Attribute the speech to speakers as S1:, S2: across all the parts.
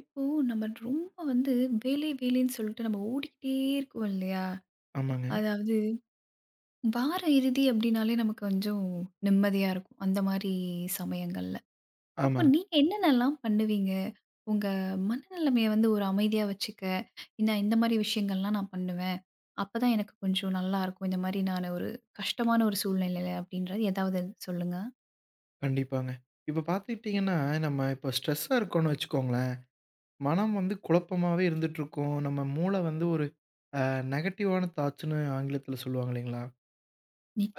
S1: இப்போ நம்ம ரொம்ப வந்து வேலை வேலைன்னு சொல்லிட்டு நம்ம ஓடிக்கிட்டே இருக்கோம் இல்லையா?
S2: ஆமாங்க.
S1: அதாவது வார இறுதி அப்படின்னாலே நமக்கு கொஞ்சம் நிம்மதியா இருக்கும். அந்த மாரி சமயங்கள்ல. அப்போ
S2: ஆமாங்க.
S1: நீங்க என்னென்னலாம் பண்ணுவீங்க? உங்க மனநிலைமைய வந்து ஒரு அமைதியா வச்சுக்க, நான் இந்த மாரி விஷயங்கள்லாம் நான் பண்ணுவேன். அப்பதான் எனக்கு கொஞ்சம் நல்லாருக்கும். இந்த மாரி நான் ஒரு கஷ்டமான ஒரு சூழ்நிலையில அப்படின்றது ஏதாவது சொல்லுங்க.
S2: கண்டிப்பாங்க. இப்ப பார்த்துக்கிட்டீங்கன்னா, நம்ம இப்ப ஸ்ட்ரெஸ்ஸா இருக்கோம்னு வச்சுக்கோங்களேன், மனம் வந்து குழப்பமாவே இருந்துட்டுருக்கும். நம்ம மூளை வந்து ஒரு அ நெகட்டிவான தாட்ஸ்ன்னு ஆங்கிலத்தில சொல்லுவாங்க இல்லைங்களா?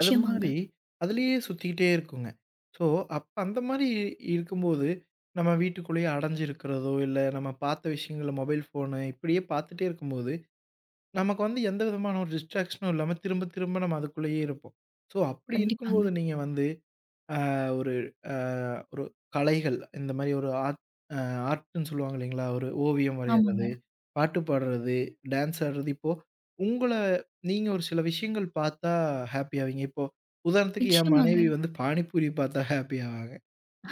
S2: அது மாரி அதிலேயே சுத்திக்கிட்டே இருக்குங்க. ஸோ, அப்ப அந்த மாரி இருக்கும்போது, நம்ம வீட்டுக்குள்ளேயே அடைஞ்சு இருக்கிறதோ, இல்ல நம்ம பார்த்த விஷயங்கள மொபைல் ஃபோனு இப்படியே பார்த்துட்டே இருக்கும்போது, நமக்கு வந்து எந்த விதமான ஒரு டிஸ்ட்ராக்ஷனும் இல்லாம திரும்ப திரும்ப நம்ம அதுக்குள்ளேயே இருப்போம். ஸோ, அப்படி
S1: கண்டிப்பாங்க.
S2: இருக்கும்போது நீங்க வந்து ஆ ஒரு ஆ ஒரு கலைகள், இந்த மாரி ஒரு அ ஆர்ட்ன்னு சொல்லுவாங்க இல்லைங்களா? ஒரு ஓவியம் வரையறது,
S1: ஆமாங்க.
S2: பாட்டு பாடுறது, டான்ஸ் ஆடுறது. இப்போ உங்கள நீங்க ஒரு சில விஷயங்கள் பார்த்தா ஹாப்பி ஆவீங்க. இப்போ உதாரணத்துக்கு என்
S1: நிச்சயமாங்க.
S2: மனைவி வந்து பானிபூரி பார்த்தா ஹாப்பி ஆவாங்க.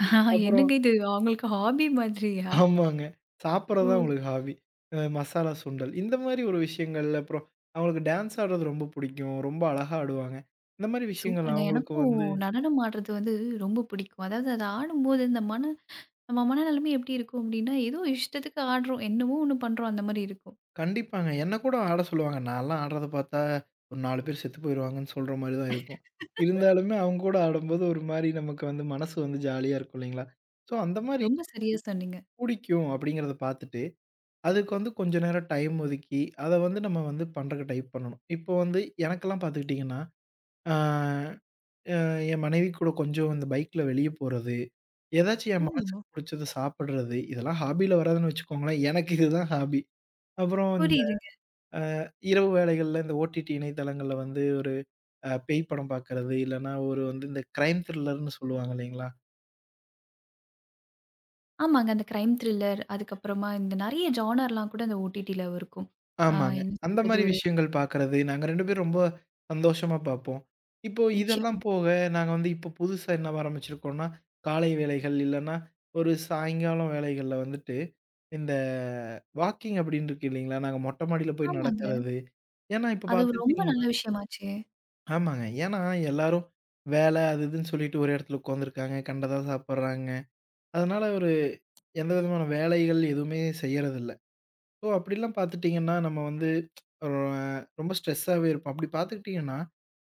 S2: அப்புறம்
S1: என்னங்க இது அவங்களுக்கு ஹாபி மாதிரியா?
S2: ஆமாங்க.
S1: ஓ!
S2: சாப்பிடுறது தான் அவங்களுக்கு ஹாபி. மசாலா சுண்டல். இந்த மாரி ஒரு விஷயங்கள், அப்புறம் அவங்களுக்கு டான்ஸ் ஆடுறது ரொம்ப புடிக்கும். ரொம்ப அழகா ஆடுவாங்க. இந்த மாரி விஷயங்கள்
S1: சூப்பருங்க.
S2: அவங்களுக்கு
S1: எனக்கும்
S2: வந்து
S1: நடனம் ஆடுறது வந்து ரொம்ப பிடிக்கும். அதாவது அத ஆடும்போது இந்த மன நம்ம மனநிலைமை எப்படி இருக்கும் அப்படின்னா, ஏதோ இஷ்டத்துக்கு ஆடுறோம். என்னமோ ஒண்ணு பண்றோம் அந்த மாரி இருக்கும்.
S2: கண்டிப்பாங்க. என்ன கூட ஆட சொல்லுவாங்க. நான்லாம் ஆடுறத பார்த்தா, ஒரு 4 பேர் செத்து போயிருவாங்கன்னு சொல்ற மாரி தான் இருக்கும். இருந்தாலுமே அவங்க கூட ஆடும்போது ஒரு மாரி நமக்கு வந்து மனசு வந்து ஜாலியா இருக்கும் இல்லைங்களா? ஸோ அந்த மாரி
S1: ரொம்ப சரியா சொன்னீங்க.
S2: புடிக்கும் அப்படிங்கிறத பார்த்துட்டு, அதுக்கு வந்து கொஞ்ச நேரம் டைம் ஒதுக்கி, அத வந்து நம்ம வந்து பண்றக்கு டைப் பண்ணணும். இப்போ வந்து எனக்கெல்லாம் பார்த்துக்கிட்டிங்கன்னா, ஆ என் மனைவி கூட கொஞ்சம் இந்த பைக்ல வெளிய போறது, ஏதாச்சும் என்
S1: ஓ!
S2: மனசுக்கு புடிச்சத சாப்பிடுறது, இதெல்லாம் ஹாபில வராதுன்னு வச்சுக்கோங்களேன். எனக்கு இதுதான் ஹாபி. அப்புறம்
S1: புரியுதுங்க.
S2: இரவு வேளைகள்ல இந்த ஓடிடி இணையதளங்கள்ல வந்து ஒரு பேய் படம் பார்க்கறது, இல்லன்னா ஒரு வந்து இந்த கிரைம் த்ரில்லர்ன்னு சொல்லுவாங்க இல்லைங்களா?
S1: ஆமாங்க. அந்த கிரைம் த்ரில்லர், அதுக்கப்புறமா இந்த நெறைய ஜானர்லாம் கூட அந்த OTTல இருக்கும். ஆ
S2: ஆமாங்க.
S1: என்ன
S2: அந்த
S1: சொல்றது
S2: மாரி
S1: ஒரு
S2: விஷயங்கள் பார்க்கறது. நாங்க 2 பேரும் ரொம்ப சந்தோஷமா பார்ப்போம். இப்போ இதெல்லாம்
S1: நிச்சயமா.
S2: போக, நாங்க வந்து இப்போ புதுசா என்ன ஆரம்பிச்சிருக்கோம்னா, காலை வேளைகள் இல்லன்னா, ஒரு சாயங்காலம் வேளைகள்ல வந்துட்டு, இந்த வாக்கிங் அப்படின்னு இருக்கு இல்லைங்களா? நாங்க மொட்டை மாடியில போய்
S1: ஆமாங்க.
S2: நடக்கிறது. ஏன்னா இப்ப
S1: அது ஒரு ரொம்ப நல்ல
S2: பார்த்துக்கிட்டீங்கன்னா
S1: விஷயமாச்சே!
S2: ஆமாங்க. ஏன்னா எல்லாரும் வேலை அது இதுன்னு சொல்லிட்டு ஒரு இடத்துல உட்காந்துருக்காங்க. கண்டதா சாப்பிடுறாங்க. அதனால ஒரு எந்த விதமான வேலைகள் எதுவுமே செய்யறதில்ல. ஸோ அப்படிலாம் பார்த்துட்டீங்கன்னா, நம்ம வந்து ஒரு ரொம்ப ஸ்ட்ரெஸ்ஸாவே இருப்போம். அப்படி பார்த்துக்கிட்டீங்கன்னா,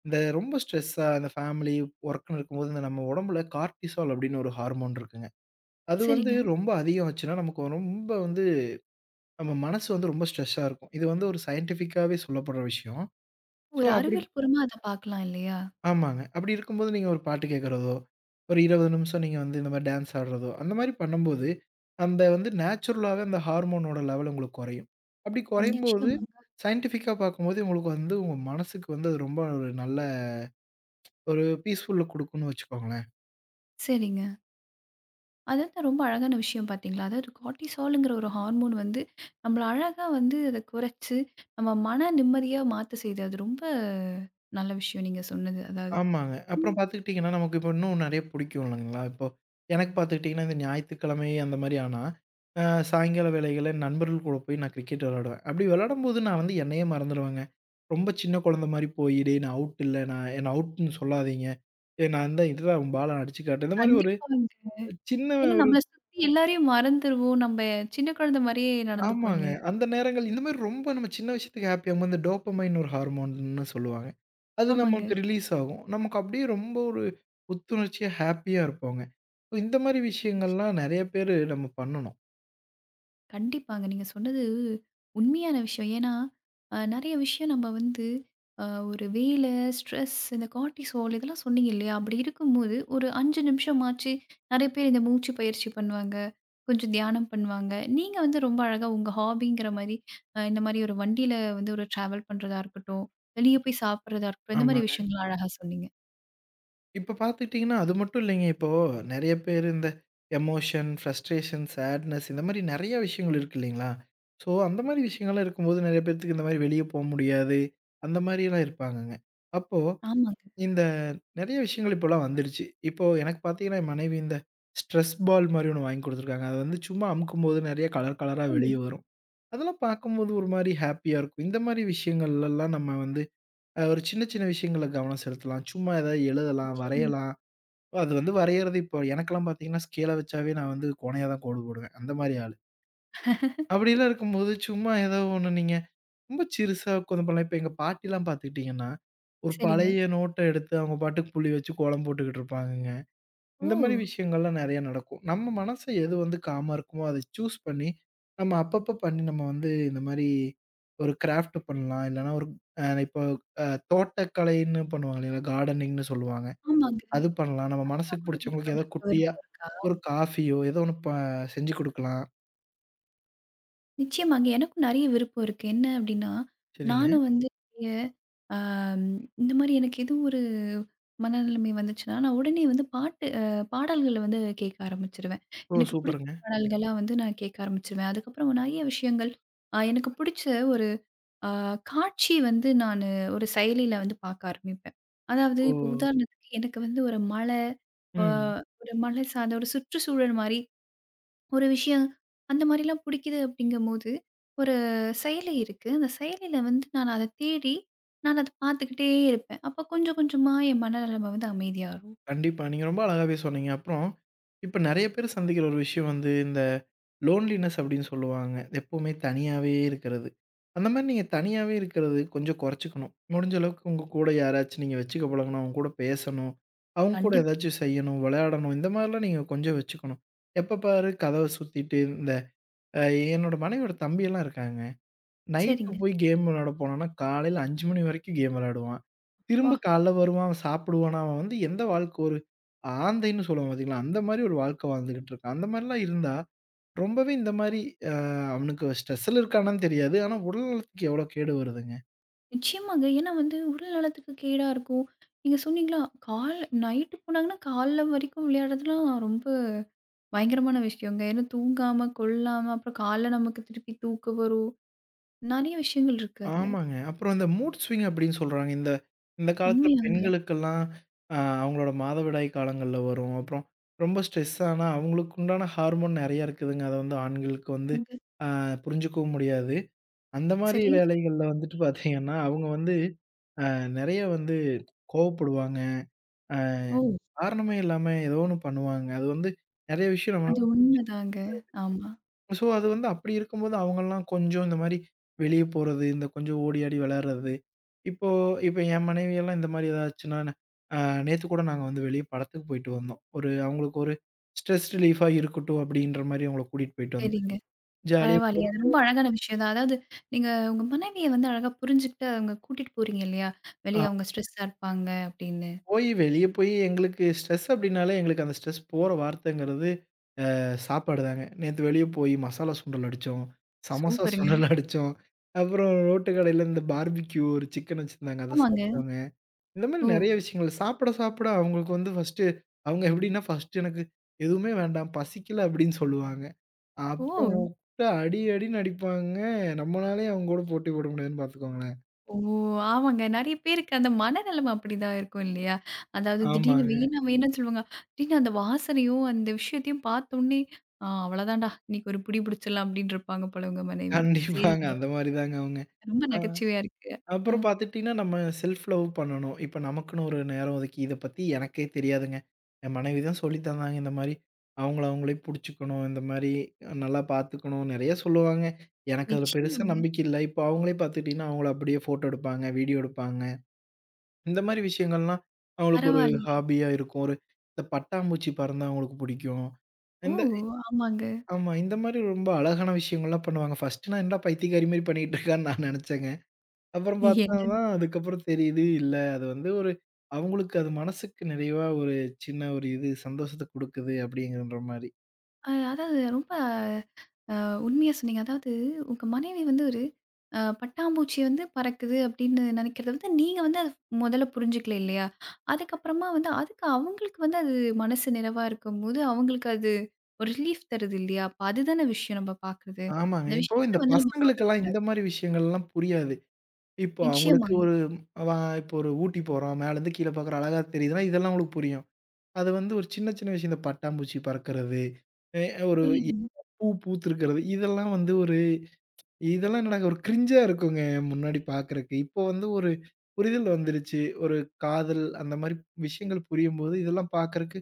S2: இந்த ரொம்ப ஸ்ட்ரெஸ்ஸா இந்த ஃபேமிலி, ஒர்க்ன்னு இருக்கும்போது, இந்த நம்ம உடம்புல கார்ட்டிசால் அப்படின்னு ஒரு ஹார்மோன் இருக்குங்க. அது வந்து
S1: சரிங்க.
S2: ரொம்ப அதிகம் ஆச்சுன்னா, நமக்கு ரொம்ப வந்து நம்ம மனசு வந்து ரொம்ப ஸ்ட்ரெஸ்ஸா இருக்கும். இது வந்து ஒரு சயன்டிஃபிக்காவே சொல்லப்படுற விஷயம். ஸோ
S1: ஒரு
S2: அப்படி
S1: அறிவியல் பூர்வமா அத பார்க்கலாம் இல்லையா?
S2: ஆமாங்க. அப்படி இருக்கும்போது நீங்க ஒரு பாட்டு கேட்கறதோ, ஒரு 20 நிமிஷம் நீங்க வந்து இந்த மாரி டான்ஸ் ஆடுறதோ, அந்த மாரி பண்ணும்போது, அந்த வந்து நேச்சுரலாவே அந்த ஹார்மோனோட லெவல் உங்களுக்கு குறையும். அப்படி குறையும்போது
S1: நிச்சயமாங்க.
S2: சயன்டிஃபிக்கா பார்க்கும்போது உங்களுக்கு வந்து உங்க மனசுக்கு வந்து அது ரொம்ப ஒரு நல்ல ஒரு பீஸ்ஃபுல்ல குடுக்கும்னு வச்சுக்கோங்களேன்.
S1: சரிங்க. அதுதான் ரொம்ப அழகான விஷயம் பார்த்தீங்களா? அதாவது கார்ட்டிசால்ங்கிற ஒரு ஹார்மோன் வந்து, நம்மள அழகா வந்து அத குறைச்சு, நம்ம மன நிம்மதியா மாத்த செய்யுது. அது ரொம்ப நல்ல விஷயம் நீங்க சொன்னது. அதாவது
S2: ஆமாங்க.
S1: ம்.
S2: அப்புறம் பார்த்துக்கிட்டீங்கன்னா, நமக்கு இப்போ இன்னும் நெறைய பிடிக்கும் இல்லைங்களா? இப்போ எனக்கு பார்த்துக்கிட்டீங்கன்னா, இந்த ஞாயித்துக்கிழமை அந்த மாரி ஆனா, அ சாயங்கால வேளைகள்ல என் நண்பர்கள் கூட போய் நான் கிரிக்கெட் விளையாடுவேன். அப்படி விளையாடும்போது நான் வந்து என்னையே மறந்துருவேங்க. ரொம்ப சின்ன குழந்தை மாரி போய், "டேய் நான் அவுட் இல்ல. நான் என்ன அவுட்ன்னு சொல்லாதீங்க. ஏய் நான் தான் இதுதான் பால அடிச்சு காட்டுறேன்." இந்த மாரி ஒரு
S1: கண்டிப்பாங்க.
S2: சின்ன
S1: ஏன்னா நம்மள சுத்தி எல்லாரையும் மறந்துருவோம். நம்ப சின்ன குழந்தை மாரியே நடந்துப்போம்
S2: ஆமாங்க.
S1: இல்லையா?
S2: அந்த நேரங்கள் இந்த மாரி ரொம்ப நம்ம சின்ன விஷயத்துக்கு ஹாப்பியா இந்த டோப்பமைன் ஒரு ஹார்மோன்னு சொல்லுவாங்க. அது நமக்கு
S1: ஆமாங்க.
S2: ரிலீஸ் ஆகும். நமக்கு அப்படியே ரொம்ப ஒரு புத்துணர்ச்சியா, ஹாப்பியா இருப்போங்க. So இந்த மாரி விஷயங்கள்லாம் நெறைய பேரு நம்ம பண்ணணும்.
S1: கண்டிப்பாங்க. நீங்க சொன்னது உண்மையான விஷயம். ஏன்னா, நெறைய விஷயம் நம்ம வந்து அ ஒரு வேலை, ஸ்ட்ரெஸ், இந்த கார்ட்டிசோல் இதெல்லாம் சொன்னீங்க இல்லையா? அப்படி இருக்கும்போது ஒரு 5 நிமிஷமாச்சு நெறைய பேர் இந்த மூச்சு பயிற்சி பண்ணுவாங்க. கொஞ்சம் தியானம் பண்ணுவாங்க. நீங்க வந்து ரொம்ப அழகா உங்க ஹாபிங்கிற மாரி இந்த மாரி ஒரு வண்டியில வந்து ஒரு டிராவல் பண்றதா இருக்கட்டும், வெளிய போய் சாப்பிடுறதா இருக்கட்டும், இந்த மாரி
S2: ஆமாங்க.
S1: விஷயங்கள அழகா சொன்னீங்க.
S2: இப்ப பார்த்துக்கிட்டீங்கன்னா, அது மட்டும் இல்லைங்க. இப்போ நெறைய பேரு இந்த எமோஷன், ஃப்ரஸ்ட்ரேஷன், சேட்னஸ் இந்த மாரி நெறைய விஷயங்கள் இருக்கு இல்லைங்களா? ஸோ அந்த மாரி விஷயங்கள்லாம் இருக்கும்போது நெறைய பேத்துக்கு இந்த மாரி வெளிய போ முடியாது. அந்த மாரிலாம் இருப்பாங்கங்க. அப்போ
S1: ஆமாங்க.
S2: இந்த நெறைய விஷயங்கள் இப்போலாம் வந்துடுச்சு. இப்போ எனக்கு பார்த்தீங்கன்னா, என் மனைவி இந்த ஸ்ட்ரெஸ் பால் மாரி ஒண்ணு வாங்கி குடுத்துருக்காங்க. அது வந்து சும்மா அமுக்கும்போது நெறைய கலர் கலரா
S1: ஓ!
S2: வெளிய வரும். அதெல்லாம் பார்க்கும்போது ஒரு மாரி ஹேப்பியா இருக்கும். இந்த மாரி விஷயங்கள்லலாம் நம்ம வந்து ஒரு சின்ன சின்ன விஷயங்கள்ல கவனம் செலுத்தலாம். சும்மா ஏதாவது எழுதலாம்,
S1: நிச்சயமா.
S2: வரையலாம். அது வந்து வரையறது இப்போ எனக்கெல்லாம் பார்த்தீங்கன்னா, ஸ்கேல வச்சாவே நான் வந்து கோணையா தான் கோடு போடுவேன். அந்த மாரி ஆளு. அப்படிலாம் இருக்கும்போது சும்மா ஏதோ ஒண்ணு நீங்க ரொம்ப சிறுசா உட்காந்து பண்ணலாம். இப்ப எங்க பாட்டிலாம் பார்த்துக்கிட்டீங்கன்னா, ஒரு
S1: சரிங்க.
S2: பழைய நோட்ட எடுத்து அவங்க பாட்டுக்கு புள்ளி வச்சு கோலம் போட்டுக்கிட்டு இருப்பாங்கங்க.
S1: ஓ!
S2: இந்த மாரி விஷயங்கள்லாம் நெறைய நடக்கும். நம்ம மனச எது வந்து காமா இருக்குமோ, அத சூஸ் பண்ணி, நம்ம அப்பப்ப பண்ணி நம்ம வந்து இந்த மாரி ஒரு கிராஃப்ட் பண்ணலாம். இல்லன்னா ஒரு இப்போ அ தோட்டக்கலைன்னு பண்ணுவாங்க இல்லைங்களா? கார்டனிங்ன்னு சொல்லுவாங்க.
S1: ஆமாங்க.
S2: அது பண்ணலாம். நம்ம
S1: அதெல்லாம்
S2: மனசுக்கு
S1: கூட உங்களுக்கு
S2: புடிச்சவங்களுக்கு ஏதோ
S1: பண்றதுக்கு
S2: குட்டியா
S1: விருப்பம் இருக்கா?
S2: ஒரு காஃபியோ ஏதோ ஒண்ணு செஞ்சு குடுக்கலாம்.
S1: நிச்சயமாங்க. எனக்கும் நெறைய விருப்பம் இருக்கு. என்ன அப்டின்னா,
S2: சரிங்க.
S1: நானும் வந்து எ அ இந்த மாரி எனக்கு எதோ ஒரு மனநிலைமை வந்துச்சுன்னா, நான் உடனே வந்து பாட்டு பாடல்கள வந்து கேட்க ஆரம்பிச்சுருவேன்.
S2: ஓ!
S1: எனக்கு பிடிச்ச
S2: சூப்பருங்க.
S1: பாடல்களா வந்து நான் கேட்க ஆரம்பிச்சுருவேன். அதுக்கப்புறம் நெறைய விஷயங்கள் எனக்கு பிடிச்ச ஒரு அ காட்சி வந்து நானு ஒரு செயலில வந்து பார்க்க ஆரம்பிப்பேன். அதாவது
S2: ஓ!
S1: இப்போ உதாரணத்துக்கு எனக்கு வந்து ஒரு மலை, அ
S2: ம்.
S1: ஒரு மலை சார்ந்த ஒரு சுற்றுச்சூழல் மாரி ஒரு விஷயம் அந்த மாரிலாம் பிடிக்குது அப்படிங்கும்போது, ஒரு செயலி இருக்கு. அந்த செயலில வந்து நான் அத தேடி, நான் அத பார்த்துக்கிட்டே இருப்பேன். அப்ப கொஞ்சம் கொஞ்சமா என் மனநெலம வந்து அமைதியாகும்.
S2: கண்டிப்பா. நீங்க ரொம்ப அழகாவே சொன்னீங்க. அப்புறம் இப்ப நெறைய பேர் சந்திக்கிற ஒரு விஷயம் வந்து, இந்த லோன்லினஸ் அப்படின்னு சொல்லுவாங்க. எப்பவுமே தனியாவே இருக்கிறது. அந்த மாரி நீங்க தனியாவே இருக்கிறது கொஞ்சம் குறைச்சுக்கணும். முடிஞ்ச அளவுக்கு உங்க கூட யாராச்சும் நீங்க வச்சுக்க பழகணும். அவங்க கூட பேசணும். அவங்க கூட
S1: கண்டிப்பா.
S2: ஏதாச்சும் செய்யணும், விளையாடணும். இந்த மாரிலாம் நீங்க கொஞ்சம் வச்சுக்கணும். எப்ப பாரு கதவ சுத்திட்டு இந்த அ என்னோட மனைவியோட தம்பியெல்லாம் இருக்காங்க. நைட்டு
S1: சரிங்க.
S2: போய் கேம் விளையாட போனான்னா, காலையில 5 மணி வரைக்கும் கேம் விளையாடுவான்.
S1: அப்பா!
S2: திரும்ப காலைல வருவான், சாப்பிடுவானா, அவன் வந்து எந்த வாழ்க்கை ஒரு ஆந்தைன்னு சொல்லுவோம் பார்த்தீங்களா, அந்த மாரி ஒரு வாழ்க்கை வாழ்ந்துகிட்டு இருக்கான். அந்த மாரிலாம் இருந்தா, ரொம்பவே இந்த மாரி அ அவனுக்கு ஸ்ட்ரெஸ்ல இருக்கானான்னு தெரியாது. ஆனா, உடல் நலத்துக்கு எவ்வளோ கேடு வருதுங்க.
S1: நிச்சயமாங்க. ஏன்னா வந்து உடல் நலத்துக்கு கேடா இருக்கும். நீங்க சொன்னீங்களா, கால் நைட்டு போனாங்கன்னா காலைல வரைக்கும் விளையாடுறதுலாம் ரொம்ப பயங்கரமான விஷயங்க. ஏன்னா தூங்காம, கொள்ளாம, அப்புறம் காலைல நமக்கு திருப்பி தூக்கம் வரும். நெறைய விஷயங்கள் இருக்கு அதுல.
S2: ஆமாங்க. அப்புறம் இந்த மூட் ஸ்விங் அப்படின்னு சொல்றாங்க. இந்த இந்த காலத்தில
S1: உண்மையாங்க.
S2: பெண்களுக்கெல்லாம் அ அவங்களோட மாதவிடாய் காலங்கள்ல வரும். அப்புறம் ரொம்ப ஸ்ட்ரெஸ் ஆனா, அவங்களுக்கு உண்டான ஹார்மோன் நெறைய இருக்குதுங்க. அத வந்து ஆண்களுக்கு வந்து
S1: ஆமாங்க.
S2: அ புரிஞ்சுக்கவும் முடியாது. அந்த மாரி
S1: சரியா சொ
S2: வேலைகள்ல வந்துட்டு பார்த்தீங்கன்னா, அவங்க வந்து அ நெறைய வந்து கோவப்படுவாங்க. அ
S1: ஓ!
S2: காரணமே இல்லாம ஏதோ ஒண்ணு பண்ணுவாங்க. அது வந்து நெறைய விஷயம் நம்மளால
S1: அது உண்மைதாங்க. ஆமா.
S2: ஸோ, அது வந்து அப்படி இருக்கும்போது அவங்கலாம் கொஞ்சம் இந்த மாரி வெளிய போறது, இந்த கொஞ்சம் ஓடி ஆடி விளையாடுறது. இப்போ இப்போ என் மனைவியெல்லாம் இந்த மாரி ஏதாச்சுன்னா, அ நேத்து கூட நாங்க வந்து வெளிய படத்துக்கு போயிட்டு வந்தோம். ஒரு அவங்களுக்கு ஒரு ஸ்ட்ரெஸ் ரிலீஃபா இருக்கட்டும் அப்படின்ற மாரி அவங்கள கூட்டிட்டு போயிட்டு வந்தோம்.
S1: சரிங்க.
S2: ஜாலியா
S1: பரவாயில்லையே. அது
S2: போய்
S1: ரொம்ப அழகான விஷயம் தான். அதாவது நீங்க உங்க மனைவிய வந்து அழகா புரிஞ்சுகிட்டு அவங்க கூட்டிட்டு போறீங்க இல்லையா?
S2: அ
S1: வெளிய அவங்க ஸ்ட்ரெஸ்ஸா இருப்பாங்க அப்படின்னு.
S2: போய் வெளிய போய் எங்களுக்கு ஸ்ட்ரெஸ் அப்படின்னாலே எங்களுக்கு அந்த ஸ்ட்ரெஸ் போற வார்த்தைங்கிறது சாப்பாடு தாங்க. நேத்து வெளிய போய் மசாலா சுண்டல் அடிச்சோம், சமோசா
S1: சூப்பருங்க.
S2: சுண்டல் அடிச்சோம். அப்புறம் ரோட்டு கடையில இந்த பார்பிக்யூ ஒரு சிக்கன் வச்சிருந்தாங்க. அத
S1: ஆமாங்க.
S2: சாப்பிட்டோங்க. இந்த மாரி
S1: ஓ!
S2: நெறைய விஷயங்கள். சாப்பிட, சாப்பிட அவங்களுக்கு வந்து ஃபர்ஸ்ட்டு அவங்க எப்படின்னா, ஃபர்ஸ்ட்டு எனக்கு எதுவுமே வேண்டாம், பசிக்கல அப்படின்னு சொல்லுவாங்க.
S1: ஓ!
S2: அப்புறம் கூப்ட்டா அடி அடின்னு அடிப்பாங்க. நம்மளாலயே அவங்க கூட போட்டி போட முடியாதுன்னு பார்த்துக்கோங்களேன்.
S1: ஓ! ஆமாங்க. நெறைய பேருக்கு அந்த மனநெலம அப்படிதான் இருக்கும் இல்லையா? அதாவது திடீர்னு
S2: ஆமாங்க.
S1: வேணா வேணான்னு சொல்லுவாங்க. திடீர்னு அந்த வாசனையும், அந்த விஷயத்தையும் பார்த்தோனே, அவ்வளோதான்டா இன்னைக்கு ஒரு புடி பிடிச்சிடலாம் அப்படின்னு இருப்பாங்க போல உங்க மனைவி.
S2: கண்டிப்பாங்க.
S1: சரிங்க.
S2: அந்த மாரி தாங்க அவங்க.
S1: ரொம்ப
S2: ஆ.
S1: நகைச்சுவையா இருக்கு. ஆ.
S2: அப்புறம் பார்த்துட்டீங்கன்னா, நம்ம செல்ஃப் லவ் பண்ணணும். இப்ப நமக்குன்னு ஒரு நேரம் ஒதுக்கி, இத பத்தி எனக்கே தெரியாதுங்க. என் மனைவி தான் சொல்லி தந்தாங்க. இந்த மாரி அவங்கள அவங்களே புடிச்சுக்கணும். இந்த மாரி நல்லா பார்த்துக்கணும். நெறைய சொல்லுவாங்க. எனக்கு அதுல பெருசா
S1: நிச்சயமாங்க.
S2: நம்பிக்கை இல்ல. இப்போ அவங்களே பார்த்துக்கிட்டீங்கன்னா, அவங்கள அப்படியே ஃபோட்டோ எடுப்பாங்க, வீடியோ எடுப்பாங்க. இந்த மாரி விஷயங்கள்லாம் அவங்களுக்கு ஒரு
S1: பரவாயில்ல.
S2: ஹாபியா இருக்கும். ஒரு இந்த பட்டாம்பூச்சி பறந்தா அவங்களுக்கு பிடிக்கும்.
S1: ஓ!
S2: இந்த
S1: ஆமாங்க.
S2: ஆமா. இந்த மாரி ரொம்ப அழகான விஷயங்கள்லாம் பண்ணுவாங்க. ஃபர்ஸ்ட்டு நான் என்னடா பைத்தியக்காரி மாரி பண்ணிட்டு இருக்கான்னு நான் நெனச்சேங்க. அப்புறம் பார்த்தா
S1: என்ன
S2: தான் அதுக்கப்புறம் தெரியுது, இல்ல அது வந்து ஒரு அவங்களுக்கு அது மனசுக்கு நிறைவா ஒரு சின்ன ஒரு இது சந்தோஷத்த குடுக்குது அப்படிங்கன்ற மாரி.
S1: அதாவது ரொம்ப உண்மையா சொன்னீங்க. அதாவது உங்க மனைவி வந்து ஒரு பட்டாம்பூச்சி வந்து பறக்குது அப்படின்னு நினைக்கிறத வந்து நீங்க வந்து அத முதல்ல புரிஞ்சுக்கல இல்லையா? அதுக்கப்புறமா வந்து அதுக்கு அவங்களுக்கு வந்து அது மனசு நிறைவா இருக்கும்போது, அவங்களுக்கு அது ஒரு ரிலீஃப் தருது இல்லையா? அப்ப அதுதானே விஷயம் நம்ம பார்க்குறது.
S2: ஆமாங்க.
S1: அந்த
S2: இப்போ இந்த
S1: விஷயத்த வந்து நம்ம
S2: பசங்களுக்கெல்லாம் இந்த
S1: பார்க்கக்கூடாது.
S2: மாரி விஷயங்கள்லாம் புரியாது. இப்போ அவங்களுக்கு
S1: நிச்சயமாங்க.
S2: ஒரு வ இப்போ ஒரு ஊட்டி போறோம். மேலருந்து கீழ பார்க்குறோம். அழகா தெரியுதுன்னா, இதெல்லாம் அவங்களுக்கு புரியும். அது வந்து ஒரு சின்ன சின்ன விஷயம் இந்த பட்டாம்பூச்சி பறக்கிறது, எ ஒரு
S1: புரியுதுங்க.
S2: பூ பூத்திருக்கிறது இதெல்லாம் வந்து ஒரு இதெல்லாம் என்னடா ஒரு கிரிஞ்சா இருக்குங்க முன்னாடி பார்க்குறக்கு. இப்போ வந்து ஒரு புரிதல் வந்துருச்சு. ஒரு காதல் அந்த மாரி விஷயங்கள் புரியும்போது, இதெல்லாம் பார்க்குறக்கு,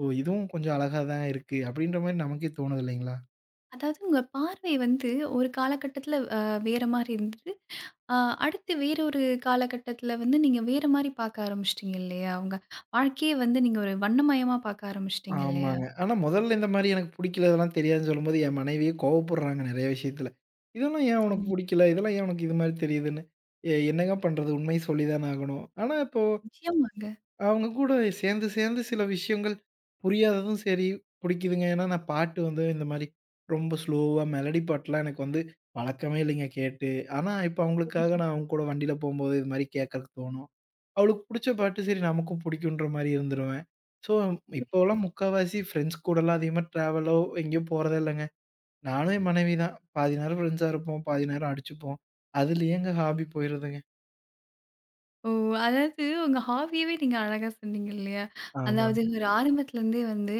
S2: "ஓ! இதுவும் கொஞ்சம் அழகா தான் இருக்கு." அப்படின்ற மாரி நமக்கே தோணுது இல்லைங்களா?
S1: அதாவது உங்க பார்வை வந்து ஒரு காலகட்டத்துல வேற மாரி இருந்தது. அ அடுத்து வேற ஒரு காலகட்டத்துல வந்து நீங்க வேற மாரி பார்க்க ஆரம்பிச்சுட்டீங்க இல்லையா? உங்க வாழ்க்கையே வந்து நீங்க ஒரு வண்ணமயமா பார்க்க ஆரம்பிச்சுட்டீங்க இல்லையா?
S2: ஆமாங்க. ஆனா முதல்ல இந்த மாரி எனக்கு புடிக்கல, இதெல்லாம் தெரியாதுன்னு சொல்லும்போது, என் மனைவியே கோவப்படுறாங்க நெறைய விஷயத்துல. "இதெல்லாம் ஏன் உனக்கு
S1: சரிங்க.
S2: புடிக்கல? இதெல்லாம் ஏன் உனக்கு இது மாரி தெரியுதுன்னு?" என்னங்க பண்றது? உண்மைய சொல்லி தானே ஆகணும். ஆனா இப்போ
S1: நிச்சயமாங்க.
S2: அவங்க கூட சேர்ந்து, சேர்ந்து சில விஷயங்கள் புரியாததும் சரி, புடிக்குதுங்க. ஏன்னா, நான் பாட்டு வந்து இந்த மாரி ரொம்ப ஸ்லோவா மெலடி பாட்டுலாம் எனக்கு வந்து பழக்கமே இல்லைங்க கேட்டு. ஆனா, இப்ப அவங்களுக்காக
S1: புரியுதுங்க.
S2: நான் அவங்க கூட வண்டியில போம்போது இது மாரி கேட்கறக்கு தோணும். அவளுக்கு புடிச்ச பாட்டு சரி நமக்கும் புடிக்குன்ற மாரி இருந்துருவேன். ஸோ, இப்போலாம் முக்காவாசி ஃப்ரெண்ட்ஸ் கூடலாம் அதிகமா ட்ராவலோ எங்கேயோ போறதே இல்லங்க. நானும் என் மனைவி தான். பாதி நேரம் ஃப்ரெண்ட்ஸா இருப்போம், பாதி நேரம் அடிச்சுப்போம். அதுலயே எங்க ஹாபி போயிருதுங்க.
S1: ஓ! அதாவது உங்க ஹாபியவே நீங்க அழகா சொன்னீங்க இல்லையா? அதாவது
S2: ஆமாங்க.
S1: ஒரு ஆரம்பத்துலருந்தே வந்து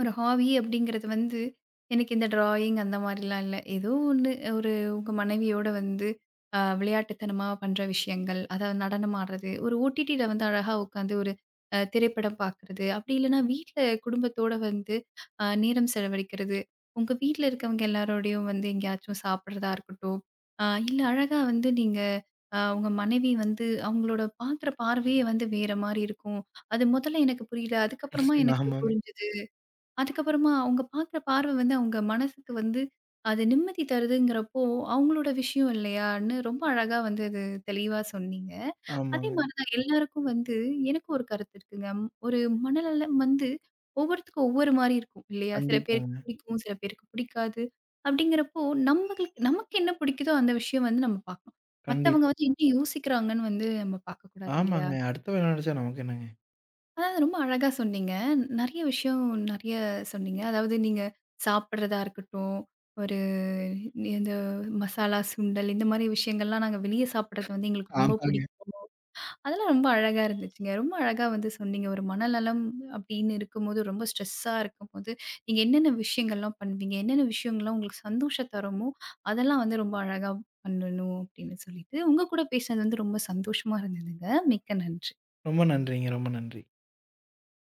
S1: ஒரு ஹாபி அப்படிங்கிறது வந்து, எனக்கு இந்த டிராயிங் அந்த மாரிலாம் இல்ல. ஏதோ ஒண்ணு ஒரு உங்க மனைவியோட வந்து விளையாட்டுத்தனமா பண்ற விஷயங்கள், அதாவது நடனம் ஆடுறது, ஒரு ஓடிடில வந்து அழகா உட்காந்து ஒரு திரைப்படம் பார்க்குறது, அப்படி இல்லன்னா வீட்ல குடும்பத்தோட வந்து நேரம் செலவழிக்கிறது. உங்க வீட்ல இருக்கவங்க எல்லாரோடையும் வந்து எங்கேயாச்சும் சாப்பிடுறதா இருக்கட்டும், இல்ல அழகா வந்து நீங்க உங்க மனைவி வந்து அவங்களோட பார்க்குற பார்வையே வந்து வேற மாரி இருக்கும். அது முதல்ல எனக்கு புரியல. அதுக்கப்புறமா எனக்கு
S2: ஆமாங்க,
S1: புரிஞ்சது. அதுக்கப்புறமா அவங்க பார்க்குற பார்வை வந்து அவங்க மனசுக்கு வந்து அது நிம்மதி தருதுங்கிறப்போ, அவங்களோட விஷயம் இல்லையான்னு ரொம்ப அழகா வந்து அது தெளிவா சொன்னீங்க. அதே
S2: ஆமாங்க.
S1: மாரி தான் எல்லாருக்கும் வந்து எனக்கும் ஒரு கருத்து இருக்குங்க. ம், ஒரு மனநலம் வந்து ஒவ்வொருத்தருக்கும் ஒவ்வொரு மாரி இருக்கும் இல்லையா? சில பேருக்கு
S2: கண்டிப்பாங்க,
S1: பிடிக்கும், சில பேருக்கு பிடிக்காது. அப்படிங்கிறப்போ நம்மளுக்கு நமக்கு என்ன பிடிக்குதோ அந்த விஷயம் வந்து நம்ம பார்க்கணும். மத்தவங்க
S2: கண்டிப்பா.
S1: வந்து என்ன யோசிக்கிறாங்கன்னு வந்து நம்ம பார்க்கக்கூடாது இல்லையா?
S2: ஆமாங்க. அடுத்தவன் என்ன நெனச்சா நமக்கு என்னங்க?
S1: அதாவது ரொம்ப அழகா சொன்னீங்க. நெறைய விஷயம் நெறைய சொன்னீங்க. அதாவது நீங்க சாப்பிடுறதா இருக்கட்டும், ஒரு இந்த மசாலா சுண்டல் இந்த மாரி விஷயங்கள்லாம் நாங்க வெளிய சாப்பிடுறது வந்து எங்களுக்கு ரொம்ப
S2: ஆமாங்க.
S1: பிடிக்கும். அதெல்லாம் ரொம்ப அழகா இருந்துச்சுங்க. ரொம்ப அழகா வந்து சொன்னீங்க. ஒரு மனநலம் அப்படின்னு இருக்கும்போது, ரொம்ப ஸ்ட்ரெஸ்ஸா இருக்கும்போது, நீங்க என்னென்ன விஷயங்கள்லாம் பண்ணுவீங்க? என்னென்ன விஷயங்கள்லாம் உங்களுக்கு சந்தோஷம் தருமோ, அதெல்லாம் வந்து ரொம்ப அழகா பண்ணணும் அப்படின்னு சொல்லிட்டு, உங்க கூட பேசினது வந்து ரொம்ப சந்தோஷமா இருந்ததுங்க. மிக்க நன்றி.
S2: ரொம்ப நன்றிங்க, ரொம்ப நன்றி.